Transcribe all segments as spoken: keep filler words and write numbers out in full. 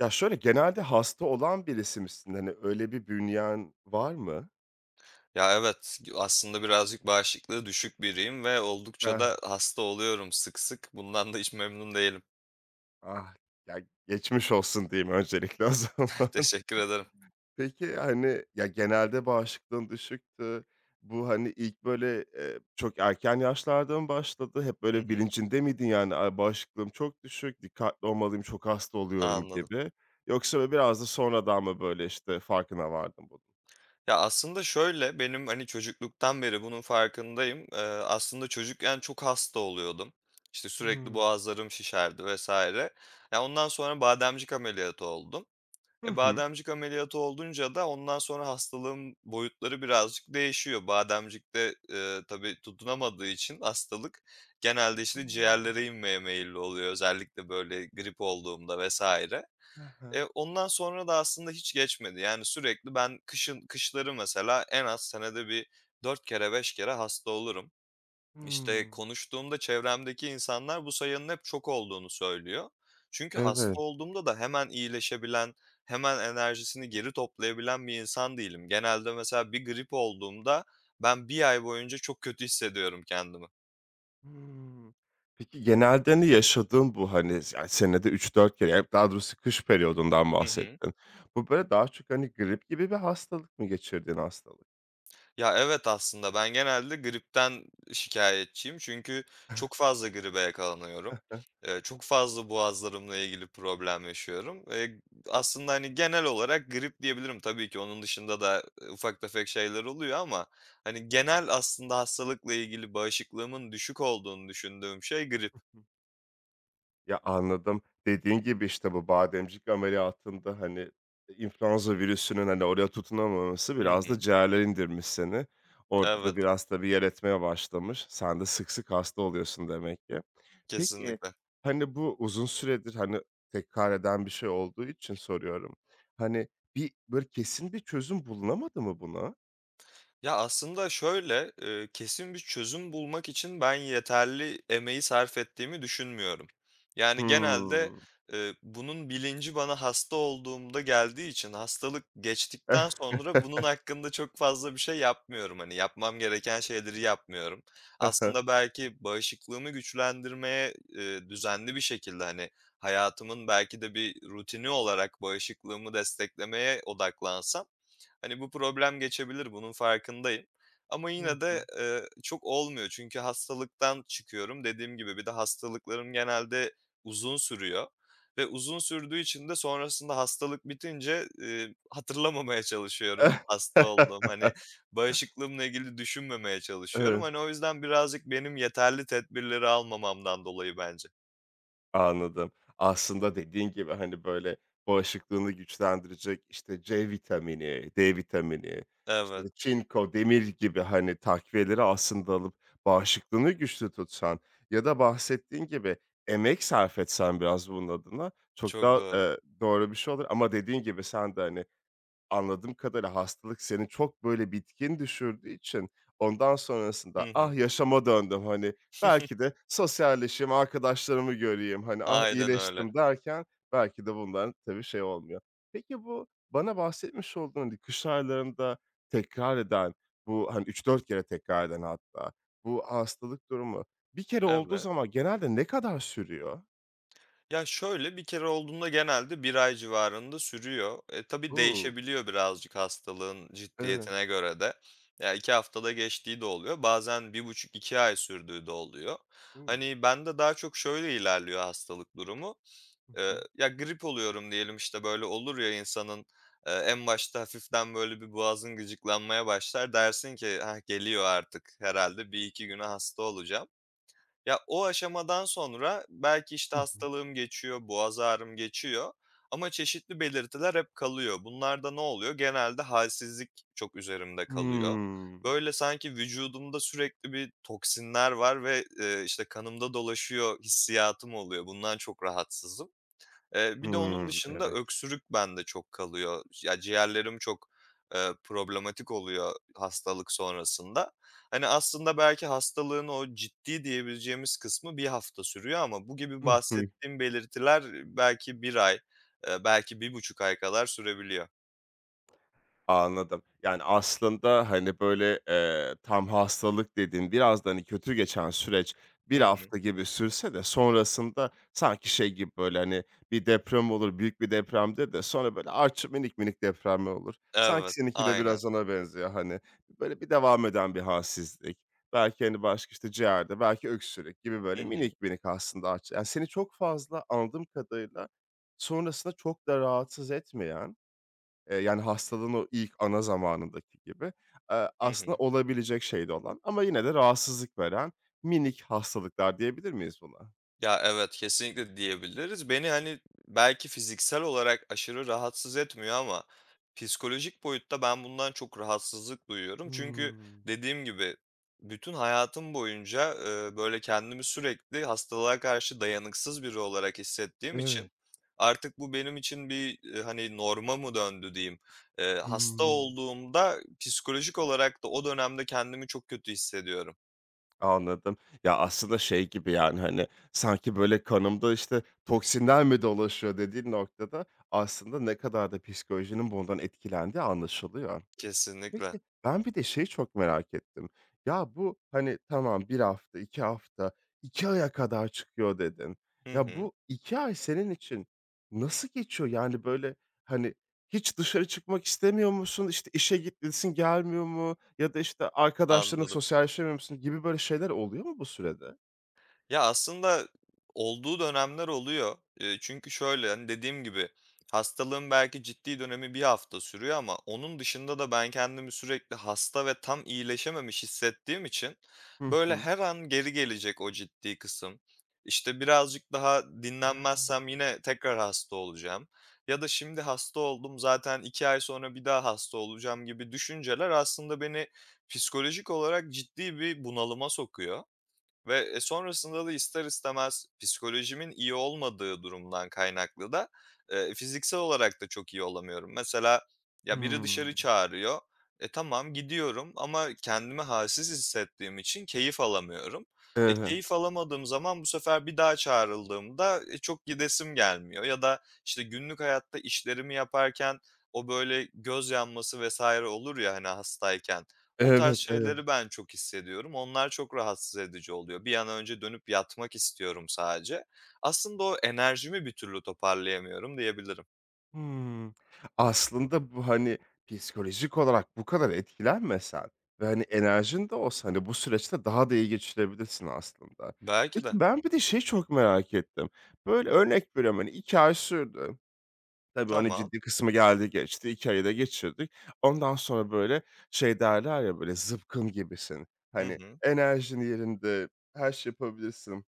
Ya, şöyle, genelde hasta olan birisi misin? Hani, öyle bir bünyen var mı? Ya, evet, aslında birazcık bağışıklığı düşük biriyim ve oldukça Heh, da hasta oluyorum sık sık. Bundan da hiç memnun değilim. ah, ya, geçmiş olsun diyeyim öncelikle o zaman. Teşekkür ederim. Peki, hani, ya, genelde bağışıklığın düşüktü. Bu, hani, ilk böyle, eee, çok erken yaşlarda mı başladı? Hep Hı böyle hı, bilincinde miydin, yani, "A, bağışıklığım çok düşük, dikkatli olmalıyım, çok hasta oluyorum." anladım. gibi? Yoksa böyle biraz da sonradan mı böyle, işte, farkına vardın bunun? Ya, aslında şöyle, benim, hani, çocukluktan beri bunun farkındayım. Eee, aslında çocukken çok hasta oluyordum. İşte, sürekli Hımm. boğazlarım şişerdi vesaire. Ya, ondan sonra bademcik ameliyatı oldum. Hı E, hı. bademcik ameliyatı olunca da ondan sonra hastalığın boyutları birazcık değişiyor. Bademcikte, eee, tabii tutunamadığı için hastalık genelde, işte, A! ciğerlere inmeye meyilli oluyor. Özellikle, böyle, grip olduğumda vesaire. Hı hı. Eee, ondan sonra da aslında hiç geçmedi. Yani sürekli ben kışın kışları mesela en az senede bir dört kere beş kere hasta olurum. İşte, Hımm. konuştuğumda çevremdeki insanlar bu sayının hep çok olduğunu söylüyor. Çünkü hasta Evet. olduğumda da hemen iyileşebilen, hemen enerjisini geri toplayabilen bir insan değilim. Genelde mesela bir grip olduğumda ben bir ay boyunca çok kötü hissediyorum kendimi. Hımm. Peki, genelde, hani, yaşadığın bu, hani, yani, senede üç dört kere, ya, daha doğrusu kış periyodundan Hı hı. bahsettin. Bu, böyle, daha çok, hani, grip gibi bir hastalık mı geçirdiğin hastalık? Ya, evet, aslında ben genelde gripten şikâyetçiyim çünkü çok fazla gribe yakalanıyorum. Hı Eee, çok fazla boğazlarımla ilgili problem yaşıyorum. Eee, aslında, hani, genel olarak grip diyebilirim. Tabii ki onun dışında da, eee, ufak tefek şeyler oluyor ama, hani, genel aslında hastalıkla ilgili bağışıklığımın düşük olduğunu düşündüğüm şey grip. hı. Hı. Ya, anladım. Dediğin gibi, işte, bu bademcik ameliyatında, hani, influenza virüsünün, hani, oraya tutunamaması Hı biraz da hı. ciğerlere indirmiş seni. Orada da Evet, biraz tabii yer etmeye başlamış. Sen de sık sık hasta oluyorsun demek ki. Peki, kesinlikle. hani, bu uzun süredir, hani, tekrar eden bir şey olduğu için soruyorum. Hani, bir, böyle, kesin bir çözüm bulunamadı mı buna? Ya, aslında şöyle, eee, kesin bir çözüm bulmak için ben yeterli emeği sarf ettiğimi düşünmüyorum. Yani, genelde, Hımm. eee, bunun bilinci bana hasta olduğumda geldiği için hastalık geçtikten sonra bunun hakkında çok fazla bir şey yapmıyorum. Hani, yapmam gereken şeyleri yapmıyorum. Aslında belki bağışıklığımı güçlendirmeye, eee, düzenli bir şekilde, hani, hayatımın belki de bir rutini olarak bağışıklığımı desteklemeye odaklansam. Hani, bu problem geçebilir, bunun farkındayım ama Hı yine hı. de, eee, çok olmuyor çünkü hastalıktan çıkıyorum. Dediğim gibi bir de hastalıklarım genelde uzun sürüyor ve uzun sürdüğü için de sonrasında hastalık bitince, eee, hatırlamamaya çalışıyorum hasta olduğumu. Hani, bağışıklığımla ilgili düşünmemeye çalışıyorum. Evet. Hani, o yüzden birazcık benim yeterli tedbirleri almamamdan dolayı bence. Anladım. Aslında dediğin gibi, hani, böyle, bağışıklığını güçlendirecek, işte, C vitamini, D vitamini, işte, Evet, de çinko, demir gibi, hani, takviyeleri aslında alıp bağışıklığını güçlü tutsan ya da bahsettiğin gibi emek sarf etsen biraz bunun adına çok çok daha, doğru. eee, doğru bir şey olur ama dediğin gibi sen de, hani, anladığım kadarıyla hastalık seni çok, böyle, bitkin düşürdüğü için ondan sonrasında, Hı "Ah, hı. yaşama döndüm, hani, belki de sosyalleşeyim, arkadaşlarımı göreyim, hani, ah, Aynen öyle. iyileştim." derken belki de bundan tabii şey olmuyor. Peki bu bana bahsetmiş olduğun, hani, kış aylarında tekrar eden bu, hani, üç dört kere tekrar eden hatta bu hastalık durumu bir kere olduğu Evet. zaman genelde ne kadar sürüyor? Ya, şöyle, bir kere olduğunda genelde bir ay civarında sürüyor. E, tabii U! değişebiliyor birazcık hastalığın Evet. ciddiyetine göre de. Ya, iki haftada geçtiği de oluyor. Bazen bir buçuk iki ay sürdüğü de oluyor. U! Hani, bende daha çok şöyle ilerliyor hastalık durumu. Hı Eee, hı. ya, grip oluyorum diyelim, işte, böyle olur ya insanın, eee, en başta hafiften böyle bir boğazın gıcıklanmaya başlar. Dersin ki, "Hah, geliyor artık. Herhalde bir iki güne hasta olacağım." Ya, o aşamadan sonra belki, işte, Hı hı. hastalığım geçiyor, boğaz ağrım geçiyor ama çeşitli belirtiler hep kalıyor. Bunlarda ne oluyor? Genelde halsizlik çok üzerimde kalıyor. Hımm. Böyle, sanki vücudumda sürekli bir toksinler var ve, eee, işte, kanımda dolaşıyor hissiyatım oluyor. Bundan çok rahatsızım. Eee, bir de onun Hımm. dışında Evet. öksürük bende çok kalıyor. Ya, ciğerlerim çok, eee, problematik oluyor hastalık sonrasında. Hani, aslında belki hastalığın o ciddi diyebileceğimiz kısmı bir hafta sürüyor ama bu gibi Hı hı. bahsettiğim belirtiler belki bir ay, eee, belki bir buçuk ay kadar sürebiliyor. Anladım. Yani, aslında, hani, böyle, eee, tam hastalık dediğin biraz da, hani, kötü geçen süreç bir Hı hı. hafta gibi sürse de sonrasında sanki şey gibi, böyle, hani, bir deprem olur, büyük bir depremdir de sonra, böyle, artçı minik minik depremler olur. Sanki Evet, seninki de aynen. biraz ona benziyor, hani. Böyle bir devam eden bir halsizlik, belki, hani, başka, işte, ciğerde, belki öksürük gibi, böyle, Hı hı. minik minik aslında artçı yani, seni çok fazla anladığım kadarıyla sonrasında çok da rahatsız etmeyen Eee, yani, hastalığın o ilk ana zamanındaki gibi, eee, Hı aslında hı. olabilecek şeyde olan ama yine de rahatsızlık veren minik hastalıklar diyebilir miyiz buna? Ya, evet, kesinlikle diyebiliriz. Beni, hani, belki fiziksel olarak aşırı rahatsız etmiyor ama psikolojik boyutta ben bundan çok rahatsızlık duyuyorum. Çünkü Hımm. dediğim gibi bütün hayatım boyunca, eee, böyle, kendimi sürekli hastalığa karşı dayanıksız biri olarak hissettiğim Evet. için artık bu benim için bir, eee, hani, norma mı döndü diyeyim. Eee, hasta Hımm. olduğumda psikolojik olarak da o dönemde kendimi çok kötü hissediyorum. Anladım. Ya, aslında şey gibi, yani, hani, sanki böyle kanımda, işte, toksinler mi dolaşıyor dediğin noktada aslında ne kadar da psikolojinin bundan etkilendiği anlaşılıyor. Kesinlikle. Peki, ben bir de şeyi çok merak ettim. Ya, bu, hani, tamam bir hafta, iki hafta, iki aya kadar çıkıyor dedin. Hı Ya, hı. bu iki ay senin için nasıl geçiyor? Yani, böyle, hani, hiç dışarı çıkmak istemiyor musun? İşte, işe gidesin gelmiyor mu? Ya da, işte, arkadaşlarınla Anladım. sosyalleşemiyor musun gibi böyle şeyler oluyor mu bu sürede? Ya, aslında olduğu dönemler oluyor. Eee, çünkü şöyle, hani, dediğim gibi hastalığın belki ciddi dönemi bir hafta sürüyor ama onun dışında da ben kendimi sürekli hasta ve tam iyileşememiş hissettiğim için, Hı böyle, hı. her an geri gelecek o ciddi kısım. İşte, birazcık daha Ha. dinlenmezsem yine tekrar hasta olacağım ya da şimdi hasta oldum, zaten iki ay sonra bir daha hasta olacağım gibi düşünceler aslında beni psikolojik olarak ciddi bir bunalıma sokuyor. Ve, eee, sonrasında da ister istemez psikolojimin iyi olmadığı durumdan kaynaklı da, eee, fiziksel olarak da çok iyi olamıyorum. Mesela, ya, biri Hımm. dışarı çağırıyor, e, tamam gidiyorum ama kendimi halsiz hissettiğim için keyif alamıyorum. E, Evet, keyif alamadığım zaman bu sefer bir daha çağrıldığımda, eee, çok gidesim gelmiyor ya da, işte, günlük hayatta işlerimi yaparken o, böyle, göz yanması vesaire olur ya, hani, hastayken. O tarz evet, evet. şeyleri ben çok hissediyorum. Onlar çok rahatsız edici oluyor. Bir an önce dönüp yatmak istiyorum sadece. Aslında o enerjimi bir türlü toparlayamıyorum diyebilirim. Hımm. Aslında bu, hani, psikolojik olarak bu kadar etkilenmesen ve, hani, enerjin de olsa, hani, bu süreçte daha da iyi geçirebilirsin aslında. Belki Peki, de. ben bir de şeyi çok merak ettim. Böyle, örnek veriyorum, hani, iki ay sürdü. Tabii, hani, Tamam. ciddi kısmı geldi geçti. İki ayı da geçirdik. Ondan sonra, böyle, şey derler ya, böyle, zıpkın gibisin. Hı Hani, hı. enerjin yerinde, her şey yapabilirsin.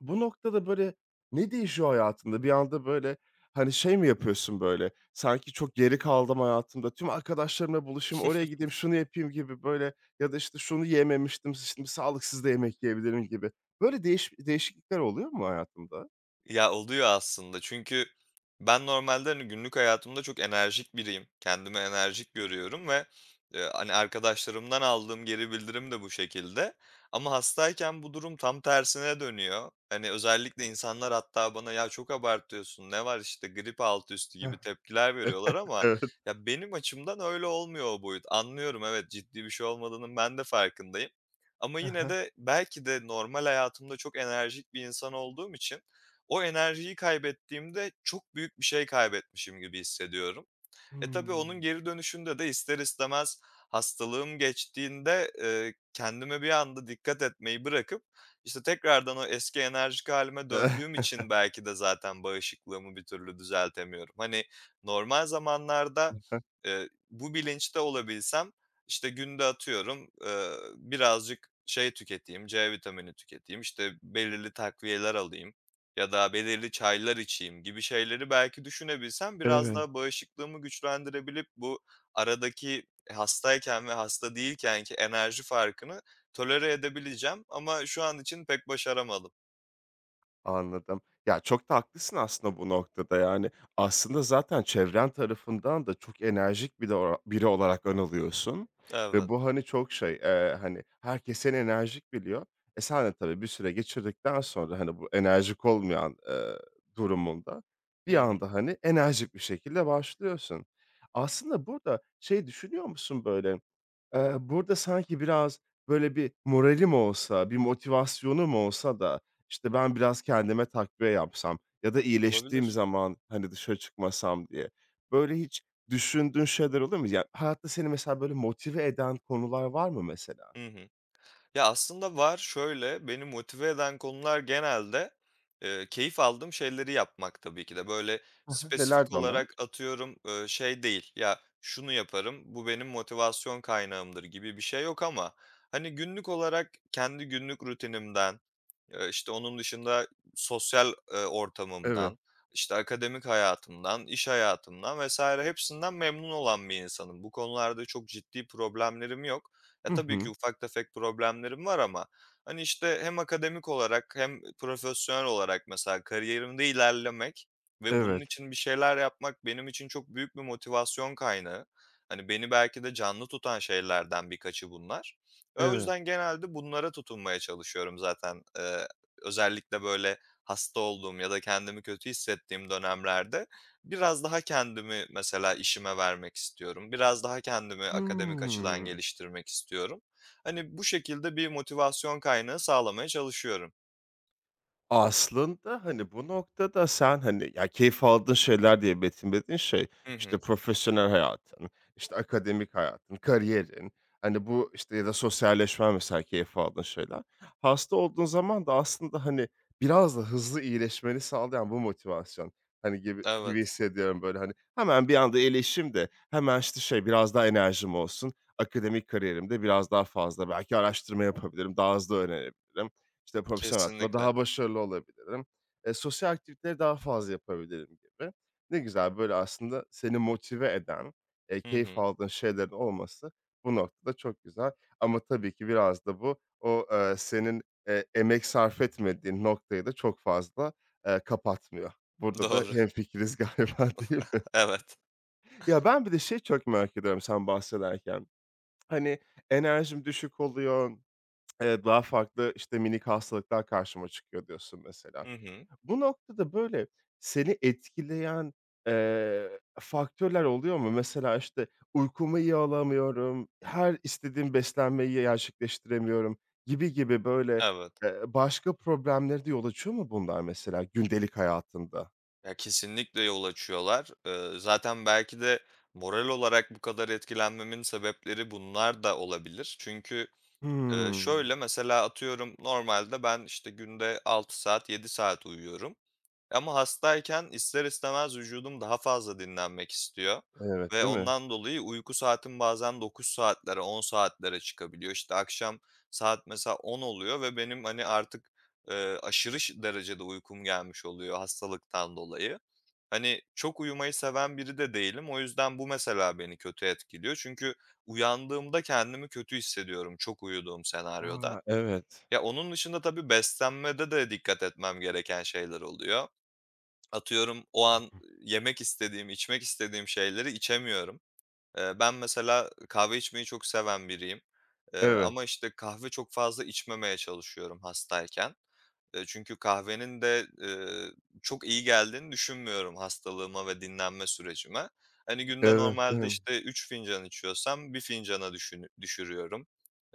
Bu noktada, böyle, ne değişiyor hayatında? Bir anda, böyle, hani, şey mi yapıyorsun, böyle, sanki çok geri kaldım hayatımda, tüm arkadaşlarımla buluşayım, oraya gideyim, şunu yapayım gibi, böyle, ya da, işte, şunu yememiştim, şimdi sağlıksız da yemek yiyebilirim gibi. Böyle değiş değişiklikler oluyor mu hayatında? Ya, oluyor aslında çünkü ben normalde, hani, günlük hayatımda çok enerjik biriyim. Kendimi enerjik görüyorum ve, eee, hani, arkadaşlarımdan aldığım geri bildirim de bu şekilde ama hastayken bu durum tam tersine dönüyor. Hani, özellikle insanlar hatta bana "Ya, çok abartıyorsun, ne var işte, grip altı üstü." Heh. gibi tepkiler veriyorlar ama Evet. ya, benim açımdan öyle olmuyor o boyut. Anlıyorum, evet, ciddi bir şey olmadığının ben de farkındayım ama Hı yine hı. de belki de normal hayatımda çok enerjik bir insan olduğum için o enerjiyi kaybettiğimde çok büyük bir şey kaybetmişim gibi hissediyorum. E, tabii onun Hımm. geri dönüşünde de ister istemez hastalığım geçtiğinde, eee, kendime bir anda dikkat etmeyi bırakıp, işte, tekrardan o eski enerjik halime döndüğüm için belki de zaten bağışıklığımı bir türlü düzeltemiyorum. Hani, normal zamanlarda, eee, bu bilinçte olabilsem, işte, günde atıyorum, eee, birazcık şey tüketeyim, ce vitamini tüketeyim, işte, belirli takviyeler alayım, ya da belirli çaylar içeyim gibi şeyleri belki düşünebilsem biraz Evet. daha bağışıklığımı güçlendirebilip bu aradaki hastayken ve hasta değilkenki enerji farkını tolere edebileceğim ama şu an için pek başaramadım. Anladım. Ya, çok da haklısın aslında bu noktada, yani. Aslında zaten çevren tarafından da çok enerjik bir de biri olarak anılıyorsun ve Evet. bu, hani, çok şey, eee, hani, herkes seni enerjik biliyor. E, sen de tabii bir süre geçirdikten sonra, hani, bu enerjik olmayan, eee, durumunda bir Hı hı. anda, hani, enerjik bir şekilde başlıyorsun. Aslında burada şey düşünüyor musun böyle Eee, burada sanki biraz, böyle, bir moralim olsa, bir motivasyonum olsa da, işte, ben biraz kendime takviye yapsam ya da iyileştiğim Olabilir. zaman, hani, dışarı çıkmasam diye. Böyle hiç düşündüğün şeyler olur mu? Ya, hayatta seni mesela böyle motive eden konular var mı mesela? Hı hı. Ya, aslında var. Şöyle, beni motive eden konular genelde, eee, keyif aldığım şeyleri yapmak tabii ki de. Böyle Hı hı. spesifik Nelerdi onlar? olarak atıyorum, eee, şey değil, ya, şunu yaparım, bu benim motivasyon kaynağımdır gibi bir şey yok ama, hani, günlük olarak kendi günlük rutinimden, Eee, işte, onun dışında sosyal, eee, Evet. ortamımdan, işte, akademik hayatımdan, iş hayatımdan vesaire hepsinden memnun olan bir insanım. Bu konularda çok ciddi problemlerim yok. Ya, Hı tabii ki hı. ufak tefek problemlerim var ama, hani, işte, hem akademik olarak hem profesyonel olarak mesela kariyerimde ilerlemek ve bunun Evet. için bir şeyler yapmak benim için çok büyük bir motivasyon kaynağı. Hani, beni belki de canlı tutan şeylerden birkaçı bunlar. Ve o Evet. yüzden genelde bunlara tutunmaya çalışıyorum zaten. Eee, özellikle böyle hasta olduğum ya da kendimi kötü hissettiğim dönemlerde biraz daha kendimi mesela işime vermek istiyorum. Biraz daha kendimi akademik açıdan Hıı. geliştirmek istiyorum. Hani bu şekilde bir motivasyon kaynağı sağlamaya çalışıyorum. Aslında, hani, bu noktada sen, hani, ya, keyif aldığın şeyler diye betimlediğin şey, Hı işte, hı. profesyonel hayatın, işte, akademik hayatın, kariyerin, hani, bu, işte, ya da sosyalleşmen mesela keyif aldığın şeyler. Hasta olduğun zaman da aslında, hani, biraz da hızlı iyileşmeni sağlayan bu motivasyon, hani, gibi gibi Evet. hissediyorum, böyle, hani, hemen bir anda iyileşeyim de hemen, işte, şey, biraz daha enerjim olsun, akademik kariyerimde biraz daha fazla belki araştırma yapabilirim, daha hızlı öğrenebilirim. İşte, profesyonel hayatıma Kesinlikle. daha başarılı olabilirim. Eee, sosyal aktiviteleri daha fazla yapabilirim gibi. Ne güzel, böyle, aslında seni motive eden, eee, Hı keyif hı. aldığın şeylerin olması bu noktada çok güzel ama tabii ki biraz da bu o, eee, senin, eee, emek sarf etmediğin noktayı da çok fazla, eee, kapatmıyor. Burada da Doğru. hemfikiriz galiba, değil mi? Evet. Ya, ben bir de şey çok merak ediyorum sen bahsederken. Hani, enerjim düşük oluyor Eee, daha farklı, işte, minik hastalıklar karşıma çıkıyor diyorsun mesela. Hı hı. Bu noktada, böyle, seni etkileyen, eee, faktörler oluyor mu? Mesela, işte, uykumu iyi alamıyorum, her istediğim beslenmeyi gerçekleştiremiyorum gibi gibi, böyle, Evet. eee, başka problemlere de yol açıyor mu bunlar mesela gündelik hayatında? Ya, kesinlikle yol açıyorlar. Eee, zaten belki de moral olarak bu kadar etkilenmemin sebepleri bunlar da olabilir. Çünkü, eee, Hımm. şöyle, mesela atıyorum normalde ben, işte, günde altı saat, yedi saat uyuyorum. Ama hastayken ister istemez vücudum daha fazla dinlenmek istiyor Evet, ve değil mi? ondan dolayı uyku saatim bazen dokuz saatlere, on saatlere çıkabiliyor. İşte, akşam saat mesela on oluyor ve benim, hani, artık, eee, aşırı ş derecede uykum gelmiş oluyor hastalıktan dolayı. Hani, çok uyumayı seven biri de değilim. O yüzden bu mesela beni kötü etkiliyor. Çünkü uyandığımda kendimi kötü hissediyorum çok uyuduğum senaryoda. A, evet. Ya, onun dışında tabii beslenmede de dikkat etmem gereken şeyler oluyor. Atıyorum o an yemek istediğim, içmek istediğim şeyleri içemiyorum. Eee, ben mesela kahve içmeyi çok seven biriyim. Eee, Evet. ama işte kahve çok fazla içmemeye çalışıyorum hastayken. Eee, çünkü kahvenin de, eee, çok iyi geldiğini düşünmüyorum hastalığıma ve dinlenme sürecime. Hani, günde Evet, normalde, evet. işte, üç fincan içiyorsam bir fincana düşün düşürüyorum.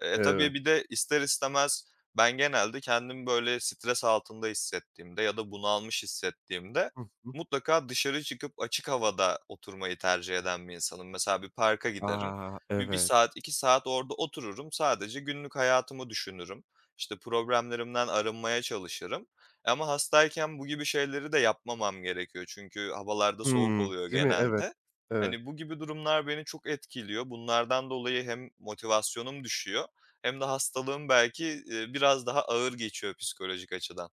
E, tabii Evet. bir de ister istemez ben genelde kendimi, böyle, stres altında hissettiğimde ya da bunalmış hissettiğimde Hı hı. mutlaka dışarı çıkıp açık havada oturmayı tercih eden bir insanım. Mesela bir parka giderim. A, Bir bir evet. saat, iki saat orada otururum. Sadece günlük hayatımı düşünürüm. İşte problemlerimden arınmaya çalışırım. Ama hastayken bu gibi şeyleri de yapmamam gerekiyor. Çünkü havalarda soğuk Hımm. oluyor Değil mi? Evet. genelde. Evet. Hani bu gibi durumlar beni çok etkiliyor. Bunlardan dolayı hem motivasyonum düşüyor hem de hastalığım belki, eee, biraz daha ağır geçiyor psikolojik açıdan.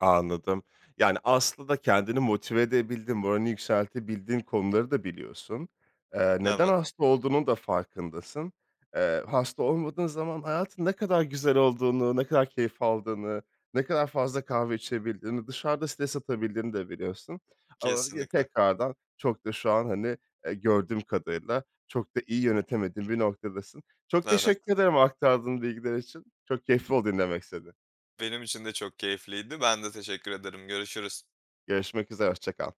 Anladım. Yani, aslında kendini motive edebildin, moralini yükseltebildiğin konuları da biliyorsun. Eee, neden Evet, hasta olduğunun da farkındasın. Eee, hasta olmadığın zaman hayatın ne kadar güzel olduğunu, ne kadar keyif aldığını, ne kadar fazla kahve içebildiğini, dışarıda stres atabildiğini de biliyorsun. Ama ya kesinlikle. tekrardan çok da şu an, hani, eee, gördüğüm kadarıyla çok da iyi yönetemediğin bir noktadasın. Çok Evet. teşekkür ederim aktardığın bilgiler için. Çok keyifli oldu dinlemek seni. Benim için de çok keyifliydi. Ben de teşekkür ederim. Görüşürüz. Görüşmek üzere, hoşça kal.